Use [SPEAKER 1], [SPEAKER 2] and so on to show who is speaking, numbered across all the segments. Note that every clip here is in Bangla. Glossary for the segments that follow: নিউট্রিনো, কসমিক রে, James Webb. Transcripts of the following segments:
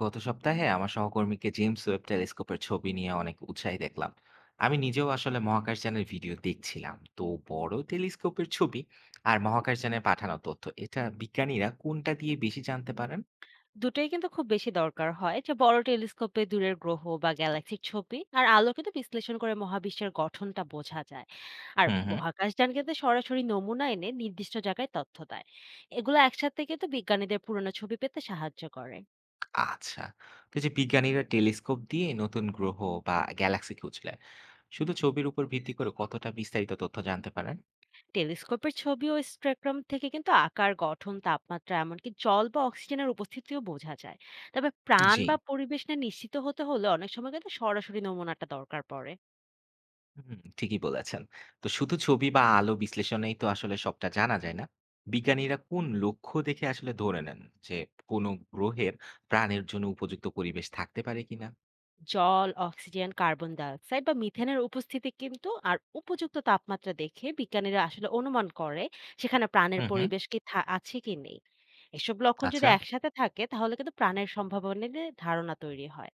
[SPEAKER 1] গত সপ্তাহে আমার সহকর্মীকে জেমস ওয়েব টেলিস্কোপের ছবি নিয়ে অনেক উৎসাহী দেখলাম। আমি নিজেও আসলে মহাকাশযানের ভিডিও দেখছিলাম। তো বড় টেলিস্কোপের ছবি আর মহাকাশযানের পাঠানো তথ্য, এটা বিজ্ঞানীরা কোনটা দিয়ে বেশি জানতে পারেন?
[SPEAKER 2] দুটোই কিন্তু খুব বেশি দরকার হয় যে বড় টেলিস্কোপে দূরের গ্রহ বা গ্যালাক্সির ছবি আর আলো কিন্তু বিশ্লেষণ করে মহাবিশ্বের গঠনটা বোঝা যায়। আর
[SPEAKER 1] হুম হুম।
[SPEAKER 2] মহাকাশযান কিন্তু সরাসরি নমুনা এনে নির্দিষ্ট জায়গায় তথ্য দেয়। এগুলো একসাথে কিন্তু বিজ্ঞানীদের পুরনো ছবি পেতে সাহায্য করে।
[SPEAKER 1] আচ্ছা। তো এই যে বিজ্ঞানীরা টেলিস্কোপ দিয়ে নতুন গ্রহ বা গ্যালাক্সি খুঁজলেন, শুধু ছবির উপর ভিত্তি করে কতটা বিস্তারিত তথ্য জানতে পারেন?
[SPEAKER 2] টেলিস্কোপের ছবি ও স্পেকট্রাম থেকে কিন্তু আকার, গঠন, তাপমাত্রা, এমনকি জল বা অক্সিজেনের উপস্থিতিও বোঝা যায়। তবে প্রাণ
[SPEAKER 1] জি।
[SPEAKER 2] বা পরিবেশ নিয়ে নিশ্চিত হতে হলে অনেক সময় কিন্তু সরাসরি নমুনাটা দরকার পড়ে।
[SPEAKER 1] হুম, ঠিকই বলেছেন। তো শুধু ছবি বা আলো বিশ্লেষণেই তো আসলে সবটা জানা যায় না। বিজ্ঞানীরা কোন লক্ষ্য দেখে আসলে ধরে নেন যে কোনো গ্রহের প্রাণের জন্য উপযুক্ত পরিবেশ থাকতে পারে কিনা?
[SPEAKER 2] জল, অক্সিজেন, কার্বন ডাই অক্সাইড বা মিথেনের উপস্থিতি কিন্তু আর উপযুক্ত তাপমাত্রা দেখে বিজ্ঞানীরা আসলে অনুমান করে সেখানে প্রাণের
[SPEAKER 1] হুম হুম।
[SPEAKER 2] পরিবেশ কি আছে কি নেই। এসব লক্ষণ যদি
[SPEAKER 1] আচ্ছা
[SPEAKER 2] একসাথে থাকে তাহলে কিন্তু প্রাণের সম্ভাবনা নিয়ে ধারণা তৈরি হয়।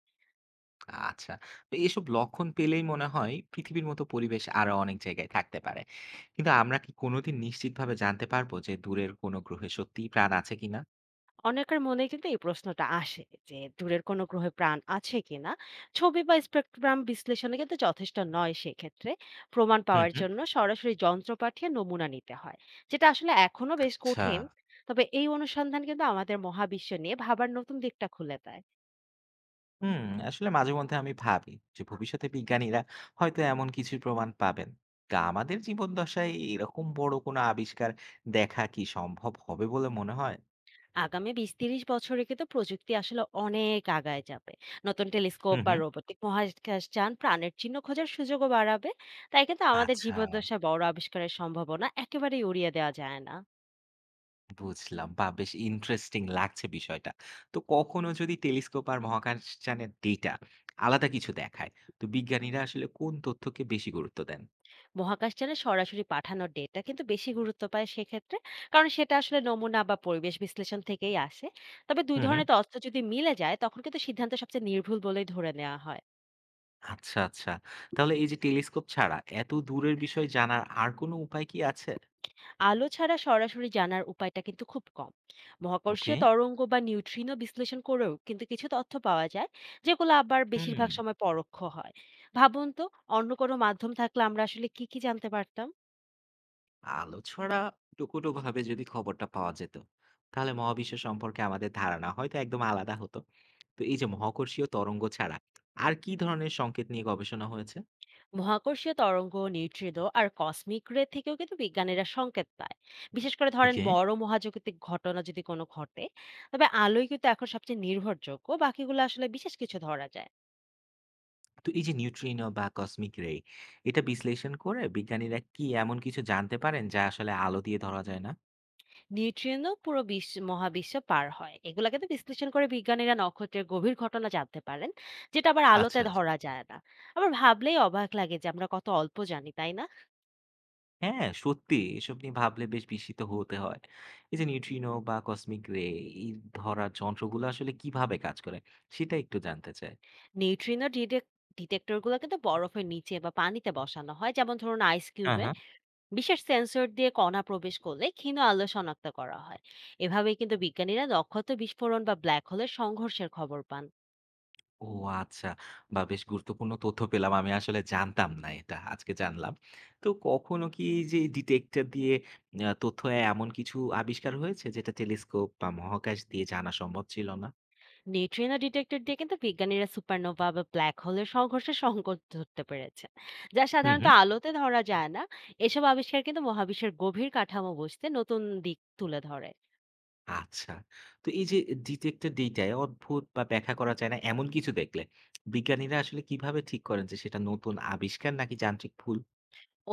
[SPEAKER 1] আচ্ছা। তো এসব লক্ষণ পেলেই মনে হয় পৃথিবীর মতো পরিবেশ আরো অনেক জায়গায় থাকতে পারে। কিন্তু আমরা কি কোনোদিন নিশ্চিতভাবে জানতে পারবো যে দূরের কোনো গ্রহে সত্যিই প্রাণ আছে কিনা?
[SPEAKER 2] অনেকের মনে কিন্তু এই প্রশ্নটা আসে যে দূরের কোনো গ্রহে প্রাণ আছে কিনা। ছবি বা স্পেকট্রাম বিশ্লেষণে কিন্তু যথেষ্ট নয় সেক্ষেত্রে। প্রমাণ
[SPEAKER 1] হুম
[SPEAKER 2] পাওয়ার
[SPEAKER 1] হুম।
[SPEAKER 2] জন্য সরাসরি যন্ত্র পাঠিয়ে নমুনা নিতে হয়, যেটা আসলে এখনো বেশ
[SPEAKER 1] আচ্ছা।
[SPEAKER 2] কঠিন। তবে এই অনুসন্ধান কিন্তু আমাদের মহাবিশ্ব নিয়ে ভাবার নতুন দিকটা খুলে দেয়।
[SPEAKER 1] হুম, আসলে মাঝে মধ্যে আমি ভাবি যে ভবিষ্যতে বিজ্ঞানীরা হয়তো এমন কিছু প্রমাণ পাবেন, তা আমাদের জীবন দশায় এরকম বড় কোনো আবিষ্কার দেখা কি সম্ভব হবে বলে মনে হয়?
[SPEAKER 2] আগামী ২০-৩০ বছরে কিন্তু প্রযুক্তি আসলে অনেক আগায় যাবে। নতুন টেলিস্কোপ
[SPEAKER 1] হুম
[SPEAKER 2] বা
[SPEAKER 1] হুম।
[SPEAKER 2] রোবটিক মহাকাশ যান প্রাণের চিহ্ন খোঁজার সুযোগও বাড়াবে। তাই কিন্তু আমাদের
[SPEAKER 1] আচ্ছা,
[SPEAKER 2] জীবদ্দশায় বড় আবিষ্কারের সম্ভাবনা একেবারেই উড়িয়ে দেওয়া যায় না।
[SPEAKER 1] বুঝলাম বা বেশ ইন্টারেস্টিং লাগছে বিষয়টা। তো কখনো যদি টেলিস্কোপ আর মহাকাশযানের ডেটা আলাদা কিছু দেখায়, তো বিজ্ঞানীরা আসলে কোন তথ্যকে বেশি গুরুত্ব দেন?
[SPEAKER 2] মহাকাশযানে সরাসরি পাঠানো ডেটা কিন্তু বেশি গুরুত্ব পায় সেক্ষেত্রে। কারণ সেটা আসলে নমুনা বা পরিবেশ বিশ্লেষণ থেকেই আসে। তবে ২
[SPEAKER 1] হুম হুম।
[SPEAKER 2] ধরনের তথ্য যদি মিলে যায় তখন কিন্তু সিদ্ধান্ত সবচেয়ে নির্ভুল বলেই ধরে নেওয়া হয়।
[SPEAKER 1] আচ্ছা আচ্ছা, তাহলে এই যে টেলিস্কোপ ছাড়া এত দূরের বিষয় জানার আর কোনো উপায় কি আছে?
[SPEAKER 2] আলো ছাড়া সরাসরি জানার উপায়টা কিন্তু খুব কম।
[SPEAKER 1] ওকে।
[SPEAKER 2] মহাকর্ষীয় তরঙ্গ বা নিউট্রিনো বিশ্লেষণ করেও কিন্তু কিছু তথ্য পাওয়া যায়, যেগুলো আবার
[SPEAKER 1] হুম।
[SPEAKER 2] বেশিরভাগ সময় পরোক্ষ হয়। ভাবুন তো, অন্য কোনো মাধ্যম থাকলে আমরা আসলে কি কি জানতে পারতাম।
[SPEAKER 1] আলো ছড়া টুকু-টুকুভাবে যদি খবরটা পাওয়া যেত, তাহলে মহাবিশ্ব সম্পর্কে আমাদের ধারণা হয়তো একদম আলাদা হতো। তো এই যে মহাকর্ষীয় তরঙ্গ ছাড়া আর কি ধরনের সংকেত নিয়ে গবেষণা হয়েছে?
[SPEAKER 2] মহাকর্ষীয় তরঙ্গ, নিউট্রিনো আর কসমিক রে থেকেও কিন্তু বিজ্ঞানীরা সংকেত পায়, বিশেষ করে ধরেন
[SPEAKER 1] ওকে।
[SPEAKER 2] বড় মহাজাগতিক ঘটনা যদি কোনো ঘটে। তবে আলোই কিন্তু এখন সবচেয়ে নির্ভরযোগ্য, বাকিগুলো আসলে বিশেষ কিছু ধরা যায় না।
[SPEAKER 1] তো এই যে নিউট্রিনো বা কসমিক রে, এটা বিশ্লেষণ করে বিজ্ঞানীরা কি এমন কিছু জানতে পারেন যা আসলে আলো দিয়ে ধরা যায় না?
[SPEAKER 2] নিউট্রিনো পুরো বিশ্ব মহাবিশ্ব পার হয়, এগুলা কিন্তু বিশ্লেষণ করে বিজ্ঞানীরা নক্ষত্রের গভীর ঘটনা জানতে পারেন, যেটা আবার আলোতে
[SPEAKER 1] আচ্ছা আচ্ছা।
[SPEAKER 2] ধরা যায় না। আবার ভাবলেই অবাক লাগে যে আমরা কত অল্প জানি, তাই না।
[SPEAKER 1] হ্যাঁ, সত্যি এসব নিয়ে ভাবলে বেশ বিস্মিত হতে হয়। এই যে নিউট্রিনো বা কসমিক রে, এই ধরার যন্ত্রগুলো আসলে কিভাবে কাজ করে সেটা একটু জানতে চাই।
[SPEAKER 2] নিউট্রিনো ডিটেক্টর গুলো কিন্তু বরফের নিচে বা পানিতে বসানো হয়, যেমন ধরুন আইস
[SPEAKER 1] হ্যাঁ
[SPEAKER 2] কিউবে।
[SPEAKER 1] হ্যাঁ।
[SPEAKER 2] বিশেষ সেন্সর দিয়ে কণা প্রবেশ করলে ক্ষীণ আলো শনাক্ত করা হয়। এভাবেই কিন্তু বিজ্ঞানীরা নক্ষত্র বিস্ফোরণ বা ব্ল্যাক হোলের সংঘর্ষের খবর পান।
[SPEAKER 1] ও, আচ্ছা। বাহ! বেশ গুরুত্বপূর্ণ তথ্য পেলাম। আমি আসলে জানতাম না এটা। আজকে জানলাম। তো কখনো কি এই যে ডিটেক্টর দিয়ে আ তথ্য এমন কিছু আবিষ্কার হয়েছে যেটা টেলিস্কোপ বা মহাকাশ দিয়ে জানা সম্ভব ছিল না?
[SPEAKER 2] নিউট্রিনো ডিটেক্টর দিয়ে কিন্তু বিজ্ঞানীরা সুপারনোভা বা ব্ল্যাক হোলের সংঘর্ষের সংকট ধরতে পেরেছেন, যা
[SPEAKER 1] হুম,
[SPEAKER 2] সাধারণত
[SPEAKER 1] হুম।
[SPEAKER 2] আলোতে ধরা যায় না। এসব আবিষ্কার কিন্তু মহাবিশ্বের গভীর কাঠামো বুঝতে নতুন দিক তুলে ধরে।
[SPEAKER 1] আচ্ছা। তো এই যে ডিটেক্টর ডেটায় অদ্ভুত বা ব্যাখ্যা করা যায় না এমন কিছু দেখলে বিজ্ঞানীরা আসলে কিভাবে ঠিক করেন যে সেটা নতুন আবিষ্কার নাকি যান্ত্রিক ভুল?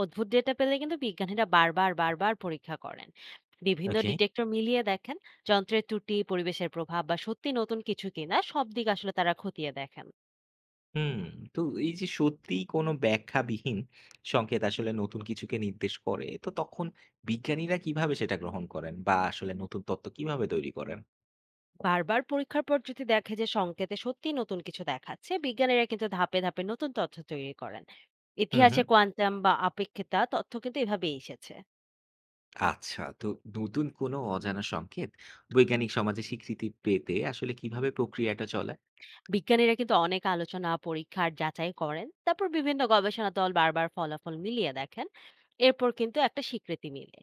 [SPEAKER 2] অদ্ভুত ডেটা পেলে কিন্তু বিজ্ঞানীরা বারবার বারবার পরীক্ষা করেন, বিভিন্ন
[SPEAKER 1] ওকে।
[SPEAKER 2] ডিটেক্টর মিলিয়ে দেখেন। যন্ত্রের ত্রুটি, পরিবেশের প্রভাব বা সত্যি নতুন কিছু কিনা সব দিক আসলে তারা খতিয়ে দেখেন।
[SPEAKER 1] হুম, তো এই যে সত্যিই কোনো ব্যাখ্যাবিহীন সংকেত আসলে নতুন কিছুকে নির্দেশ করে, তো তখন বিজ্ঞানীরা কিভাবে সেটা গ্রহণ করেন বা আসলে নতুন তত্ত্ব কিভাবে তৈরি করেন?
[SPEAKER 2] বারবার পরীক্ষার পর যদি দেখে যে সংকেতে সত্যি নতুন কিছু দেখাচ্ছে, বিজ্ঞানীরা কিন্তু ধাপে ধাপে নতুন তথ্য তৈরি করেন।
[SPEAKER 1] হুম, হুম।
[SPEAKER 2] ইতিহাসে কোয়ান্টাম বা আপেক্ষিকতা তথ্য কিন্তু এভাবেই এসেছে।
[SPEAKER 1] আচ্ছা, তো নতুন কোনো অজানা সংকেত বৈজ্ঞানিক সমাজে স্বীকৃতি পেতে আসলে কিভাবে প্রক্রিয়াটা চলে?
[SPEAKER 2] বিজ্ঞানীরা কিন্তু অনেক আলোচনা, পরীক্ষার যাচাই করেন, তারপর বিভিন্ন গবেষণা দল বারবার ফলাফল মিলিয়ে দেখেন। এরপর কিন্তু একটা স্বীকৃতি মিলে।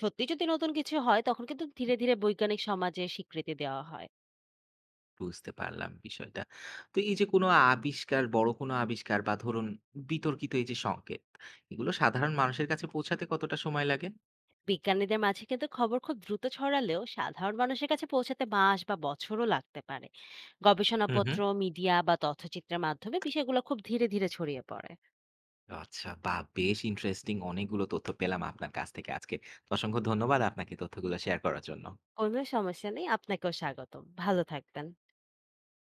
[SPEAKER 2] সত্যি যদি নতুন কিছু হয় তখন কিন্তু ধীরে ধীরে বৈজ্ঞানিক সমাজে স্বীকৃতি দেওয়া হয়।
[SPEAKER 1] বুঝতে পারলাম বিষয়টা। তো এই যে কোনো আবিষ্কার, বড় কোনো আবিষ্কার বা ধরুন বিতর্কিত এই যে সংকেত, এগুলো সাধারণ মানুষের কাছে পৌঁছাতে কতটা সময় লাগে?
[SPEAKER 2] বিজ্ঞানীদের মাঝে কিন্তু খবর খুব দ্রুত ছড়ালেও সাধারণ মানুষের কাছে পৌঁছাতে মাস বা বছরও লাগতে পারে।
[SPEAKER 1] হুম, হুম।
[SPEAKER 2] গবেষণাপত্র, মিডিয়া বা তথ্যচিত্রের মাধ্যমে বিষয়গুলো খুব ধীরে ধীরে ছড়িয়ে পড়ে।
[SPEAKER 1] আচ্ছা, বাহ! বেশ ইন্টারেস্টিং অনেকগুলো তথ্য পেলাম আপনার কাছ থেকে আজকে। তো অসংখ্য ধন্যবাদ আপনাকে তথ্যগুলো শেয়ার করার জন্য।
[SPEAKER 2] কোনো সমস্যা নেই, আপনাকেও স্বাগতম। ভালো থাকবেন।